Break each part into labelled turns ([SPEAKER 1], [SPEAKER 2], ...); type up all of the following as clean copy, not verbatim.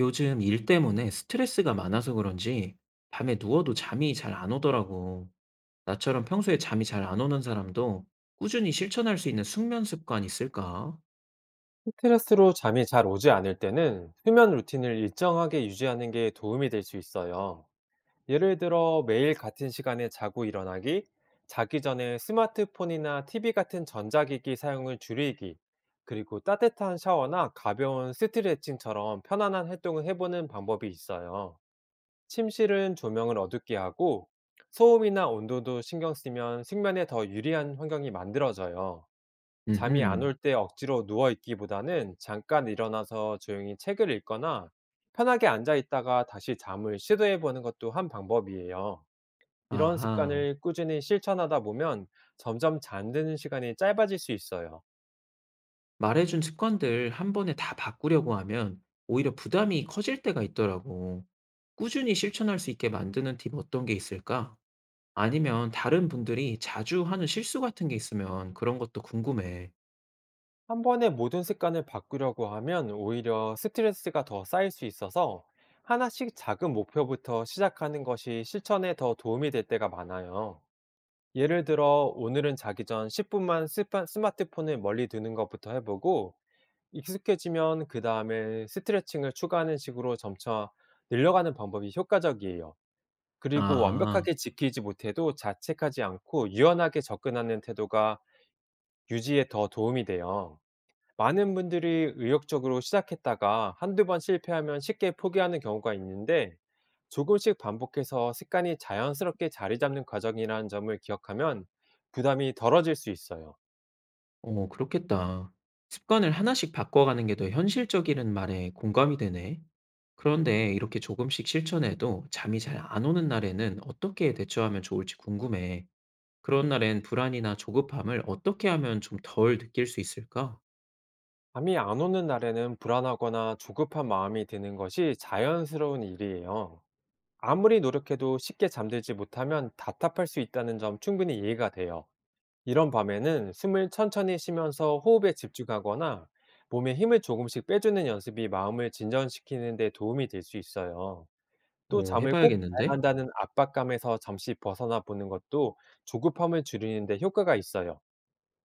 [SPEAKER 1] 요즘 일 때문에 스트레스가 많아서 그런지 밤에 누워도 잠이 잘 안 오더라고. 나처럼 평소에 잠이 잘 안 오는 사람도 꾸준히 실천할 수 있는 숙면 습관 있을까?
[SPEAKER 2] 스트레스로 잠이 잘 오지 않을 때는 수면 루틴을 일정하게 유지하는 게 도움이 될 수 있어요. 예를 들어 매일 같은 시간에 자고 일어나기, 자기 전에 스마트폰이나 TV 같은 전자기기 사용을 줄이기, 그리고 따뜻한 샤워나 가벼운 스트레칭처럼 편안한 활동을 해보는 방법이 있어요. 침실은 조명을 어둡게 하고 소음이나 온도도 신경 쓰면 숙면에 더 유리한 환경이 만들어져요. 잠이 안
[SPEAKER 1] 음흠.
[SPEAKER 2] 올 때 억지로 누워 있기보다는 잠깐 일어나서 조용히 책을 읽거나 편하게 앉아 있다가 다시 잠을 시도해 보는 것도 한 방법이에요. 이런
[SPEAKER 1] 아하.
[SPEAKER 2] 습관을 꾸준히 실천하다 보면 점점 잠드는 시간이 짧아질 수 있어요.
[SPEAKER 1] 말해준 습관들 한 번에 다 바꾸려고 하면 오히려 부담이 커질 때가 있더라고. 꾸준히 실천할 수 있게 만드는 팁 어떤 게 있을까? 아니면 다른 분들이 자주 하는 실수 같은 게 있으면 그런 것도 궁금해.
[SPEAKER 2] 한 번에 모든 습관을 바꾸려고 하면 오히려 스트레스가 더 쌓일 수 있어서 하나씩 작은 목표부터 시작하는 것이 실천에 더 도움이 될 때가 많아요. 예를 들어 오늘은 자기 전 10분만 스 스마트폰을 멀리 두는 것부터 해보고 익숙해지면 그 다음에 스트레칭을 추가하는 식으로 점차 늘려가는 방법이 효과적이에요. 그리고
[SPEAKER 1] 아.
[SPEAKER 2] 완벽하게 지키지 못해도 자책하지 않고 유연하게 접근하는 태도가 유지에 더 도움이 돼요. 많은 분들이 의욕적으로 시작했다가 한두 번 실패하면 쉽게 포기하는 경우가 있는데 조금씩 반복해서 습관이 자연스럽게 자리 잡는 과정이라는 점을 기억하면 부담이 덜어질 수 있어요.
[SPEAKER 1] 어, 그렇겠다. 습관을 하나씩 바꿔가는 게 더 현실적이라는 말에 공감이 되네. 그런데 이렇게 조금씩 실천해도 잠이 잘 안 오는 날에는 어떻게 대처하면 좋을지 궁금해. 그런 날엔 불안이나 조급함을 어떻게 하면 좀 덜 느낄 수 있을까?
[SPEAKER 2] 잠이 안 오는 날에는 불안하거나 조급한 마음이 드는 것이 자연스러운 일이에요. 아무리 노력해도 쉽게 잠들지 못하면 답답할 수 있다는 점 충분히 이해가 돼요. 이런 밤에는 숨을 천천히 쉬면서 호흡에 집중하거나 몸에 힘을 조금씩 빼주는 연습이 마음을 진전시키는 데 도움이 될 수 있어요. 또
[SPEAKER 1] 오
[SPEAKER 2] 잠을 꼭 자야
[SPEAKER 1] 해봐야겠는데?
[SPEAKER 2] 한다는 압박감에서 잠시 벗어나 보는 것도 조급함을 줄이는 데 효과가 있어요.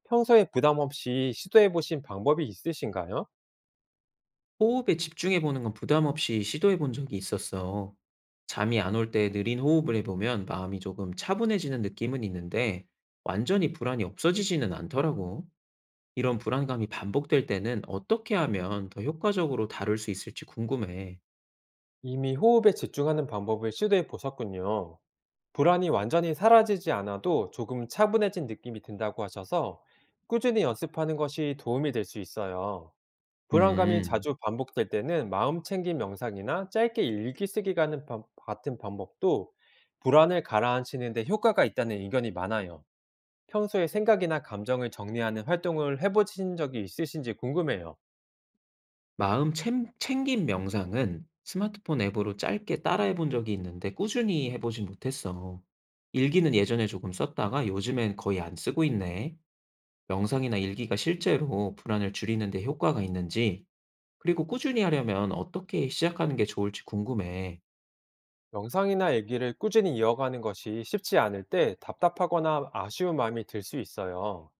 [SPEAKER 2] 평소에 부담 없이 시도해 보신 방법이 있으신가요?
[SPEAKER 1] 호흡에 집중해보는 건 부담 없이 시도해본 적이 있었어. 잠이 안 올 때 느린 호흡을 해보면 마음이 조금 차분해지는 느낌은 있는데 완전히 불안이 없어지지는 않더라고. 이런 불안감이 반복될 때는 어떻게 하면 더 효과적으로 다룰 수 있을지 궁금해.
[SPEAKER 2] 이미 호흡에 집중하는 방법을 시도해 보셨군요. 불안이 완전히 사라지지 않아도 조금 차분해진 느낌이 든다고 하셔서 꾸준히 연습하는 것이 도움이 될 수 있어요. 불안감이
[SPEAKER 1] 음,
[SPEAKER 2] 자주 반복될 때는 마음 챙김 명상이나 짧게 일기 쓰기 같은 방법도 불안을 가라앉히는 데 효과가 있다는 의견이 많아요. 평소에 생각이나 감정을 정리하는 활동을 해보신 적이 있으신지 궁금해요.
[SPEAKER 1] 마음 챙김 명상은 스마트폰 앱으로 짧게 따라해 본 적이 있는데 꾸준히 해보진 못했어. 일기는 예전에 조금 썼다가 요즘엔 거의 안 쓰고 있네. 명상이나 일기가 실제로 불안을 줄이는 데 효과가 있는지, 그리고 꾸준히 하려면 어떻게 시작하는 게 좋을지 궁금해.
[SPEAKER 2] 명상이나 얘기를 꾸준히 이어가는 것이 쉽지 않을 때 답답하거나 아쉬운 마음이 들 수 있어요.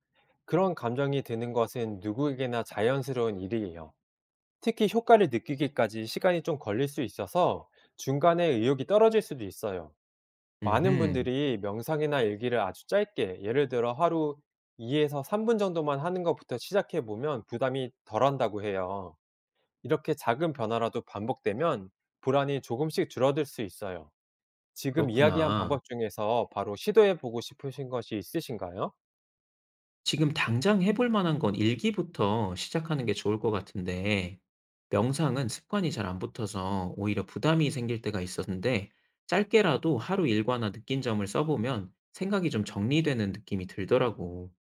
[SPEAKER 2] 그런 감정이 드는 것은 누구에게나 자연스러운 일이에요. 특히 효과를 느끼기까지 시간이 좀 걸릴 수 있어서 중간에 의욕이 떨어질 수도 있어요. 많은
[SPEAKER 1] 음흠,
[SPEAKER 2] 분들이 명상이나 일기를 아주 짧게, 예를 들어 하루 2에서 3분 정도만 하는 것부터 시작해 보면 부담이 덜한다고 해요. 이렇게 작은 변화라도 반복되면 불안이 조금씩 줄어들 수 있어요. 지금 이야기한
[SPEAKER 1] 그렇구나.
[SPEAKER 2] 방법 중에서 바로 시도해 보고 싶으신 것이 있으신가요?
[SPEAKER 1] 지금 당장 해볼 만한 건 일기부터 시작하는 게 좋을 것 같은데 명상은 습관이 잘 안 붙어서 오히려 부담이 생길 때가 있었는데 짧게라도 하루 일과나 느낀 점을 써 보면 생각이 좀 정리되는 느낌이 들더라고.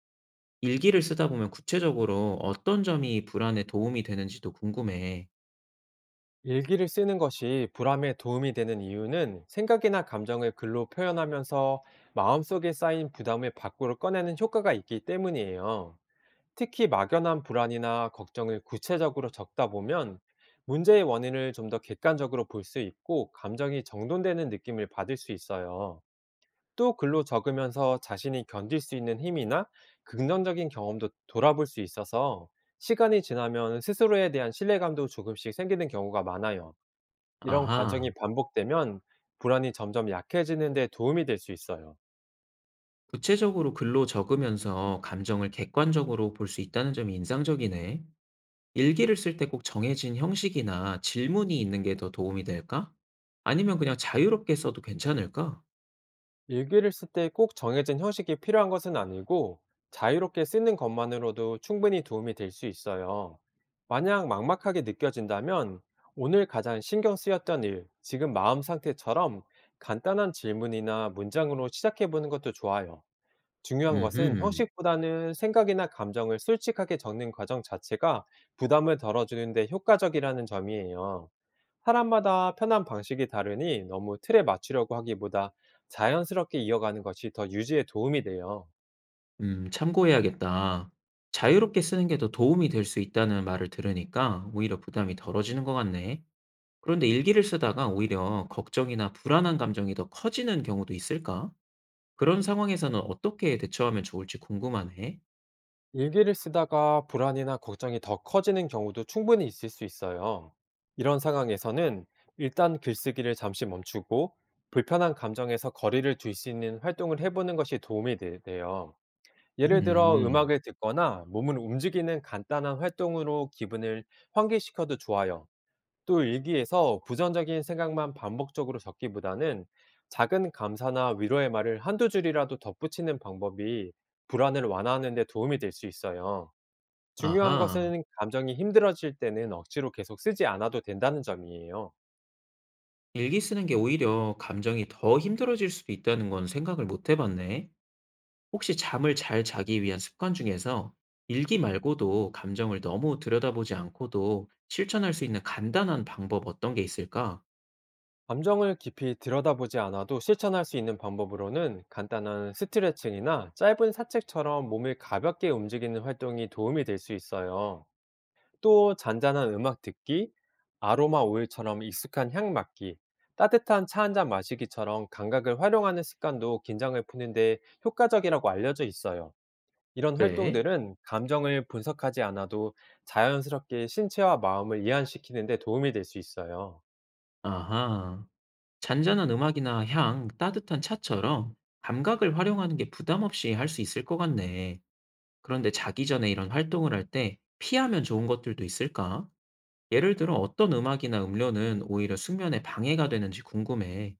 [SPEAKER 1] 일기를 쓰다 보면 구체적으로 어떤 점이 불안에 도움이 되는지도 궁금해.
[SPEAKER 2] 일기를 쓰는 것이 불안에 도움이 되는 이유는 생각이나 감정을 글로 표현하면서 마음속에 쌓인 부담을 밖으로 꺼내는 효과가 있기 때문이에요. 특히 막연한 불안이나 걱정을 구체적으로 적다 보면 문제의 원인을 좀 더 객관적으로 볼 수 있고 감정이 정돈되는 느낌을 받을 수 있어요. 또 글로 적으면서 자신이 견딜 수 있는 힘이나 긍정적인 경험도 돌아볼 수 있어서 시간이 지나면 스스로에 대한 신뢰감도 조금씩 생기는 경우가 많아요. 이런 과정이
[SPEAKER 1] 아하.
[SPEAKER 2] 반복되면 불안이 점점 약해지는 데 도움이 될 수 있어요.
[SPEAKER 1] 구체적으로 글로 적으면서 감정을 객관적으로 볼 수 있다는 점이 인상적이네. 일기를 쓸 때 꼭 정해진 형식이나 질문이 있는 게 더 도움이 될까? 아니면 그냥 자유롭게 써도 괜찮을까?
[SPEAKER 2] 일기를 쓸 때 꼭 정해진 형식이 필요한 것은 아니고 자유롭게 쓰는 것만으로도 충분히 도움이 될 수 있어요. 만약 막막하게 느껴진다면 오늘 가장 신경 쓰였던 일, 지금 마음 상태처럼 간단한 질문이나 문장으로 시작해 보는 것도 좋아요. 중요한 것은
[SPEAKER 1] 음흠.
[SPEAKER 2] 형식보다는 생각이나 감정을 솔직하게 적는 과정 자체가 부담을 덜어주는데 효과적이라는 점이에요. 사람마다 편한 방식이 다르니 너무 틀에 맞추려고 하기보다 자연스럽게 이어가는 것이 더 유지에 도움이 돼요.
[SPEAKER 1] 참고해야겠다. 자유롭게 쓰는 게 더 도움이 될 수 있다는 말을 들으니까 오히려 부담이 덜어지는 것 같네. 그런데 일기를 쓰다가 오히려 걱정이나 불안한 감정이 더 커지는 경우도 있을까? 그런 상황에서는 어떻게 대처하면 좋을지 궁금하네.
[SPEAKER 2] 일기를 쓰다가 불안이나 걱정이 더 커지는 경우도 충분히 있을 수 있어요. 이런 상황에서는 일단 글쓰기를 잠시 멈추고 불편한 감정에서 거리를 둘 수 있는 활동을 해보는 것이 돼요. 예를 들어
[SPEAKER 1] 음,
[SPEAKER 2] 음악을 듣거나 몸을 움직이는 간단한 활동으로 기분을 환기시켜도 좋아요. 또 일기에서 부정적인 생각만 반복적으로 적기보다는 작은 감사나 위로의 말을 한두 줄이라도 덧붙이는 방법이 불안을 완화하는 데 도움이 될 수 있어요. 중요한
[SPEAKER 1] 아하.
[SPEAKER 2] 것은 감정이 힘들어질 때는 억지로 계속 쓰지 않아도 된다는 점이에요.
[SPEAKER 1] 일기 쓰는 게 오히려 감정이 더 힘들어질 수도 있다는 건 생각을 못 해봤네. 혹시 잠을 잘 자기 위한 습관 중에서 일기 말고도 감정을 너무 들여다보지 않고도 실천할 수 있는 간단한 방법 어떤 게 있을까?
[SPEAKER 2] 감정을 깊이 들여다보지 않아도 실천할 수 있는 방법으로는 간단한 스트레칭이나 짧은 산책처럼 몸을 가볍게 움직이는 활동이 도움이 될 수 있어요. 또 잔잔한 음악 듣기, 아로마 오일처럼 익숙한 향 맡기, 따뜻한 차 한잔 마시기처럼 감각을 활용하는 습관도 긴장을 푸는 데 효과적이라고 알려져 있어요. 이런
[SPEAKER 1] 그래?
[SPEAKER 2] 활동들은 감정을 분석하지 않아도 자연스럽게 신체와 마음을 이완시키는 데 도움이 될 수 있어요.
[SPEAKER 1] 아하. 잔잔한 음악이나 향, 따뜻한 차처럼 감각을 활용하는 게 부담 없이 할 수 있을 것 같네. 그런데 자기 전에 이런 활동을 할 때 피하면 좋은 것들도 있을까? 예를 들어 어떤 음악이나 음료는 오히려 숙면에 방해가 되는지 궁금해.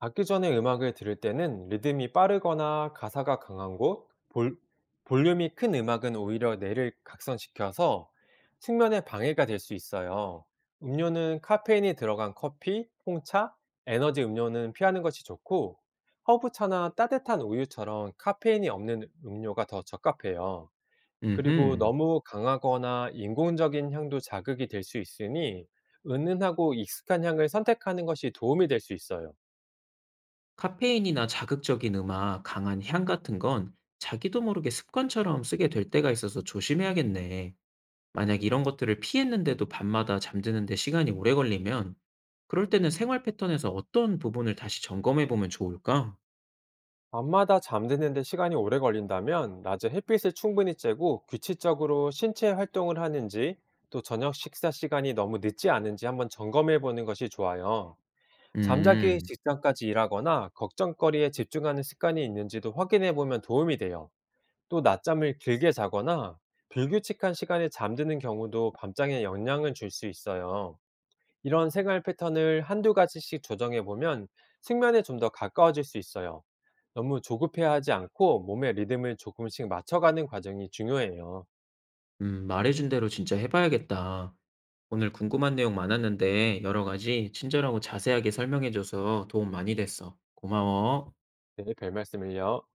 [SPEAKER 2] 자기 전에 음악을 들을 때는 리듬이 빠르거나 가사가 강한 곳, 볼륨이 큰 음악은 오히려 뇌를 각성시켜서 측면에 방해가 될 수 있어요. 음료는 카페인이 들어간 커피, 홍차, 에너지 음료는 피하는 것이 좋고, 허브차나 따뜻한 우유처럼 카페인이 없는 음료가 더 적합해요. 그리고
[SPEAKER 1] 음흠.
[SPEAKER 2] 너무 강하거나 인공적인 향도 자극이 될 수 있으니, 은은하고 익숙한 향을 선택하는 것이 도움이 될 수 있어요.
[SPEAKER 1] 카페인이나 자극적인 음악, 강한 향 같은 건 자기도 모르게 습관처럼 쓰게 될 때가 있어서 조심해야겠네. 만약 이런 것들을 피했는데도 밤마다 잠드는데 시간이 오래 걸리면 그럴 때는 생활 패턴에서 어떤 부분을 다시 점검해 보면 좋을까?
[SPEAKER 2] 밤마다 잠드는데 시간이 오래 걸린다면 낮에 햇빛을 충분히 쬐고 규칙적으로 신체 활동을 하는지 또 저녁 식사 시간이 너무 늦지 않은지 한번 점검해 보는 것이 좋아요. 잠자기
[SPEAKER 1] 음.
[SPEAKER 2] 직전까지 일하거나 걱정거리에 집중하는 습관이 있는지도 확인해 보면 도움이 돼요. 또 낮잠을 길게 자거나 불규칙한 시간에 잠드는 경우도 밤장에 영향을 줄 수 있어요. 이런 생활 패턴을 한두 가지씩 조정해 보면 숙면에 좀 더 가까워질 수 있어요. 너무 조급해하지 않고 몸의 리듬을 조금씩 맞춰가는 과정이 중요해요.
[SPEAKER 1] 말해준 대로 진짜 해봐야겠다. 오늘 궁금한 내용 많았는데 여러 가지 친절하고 자세하게 설명해줘서 도움 많이 됐어. 고마워.
[SPEAKER 2] 네, 별 말씀을요.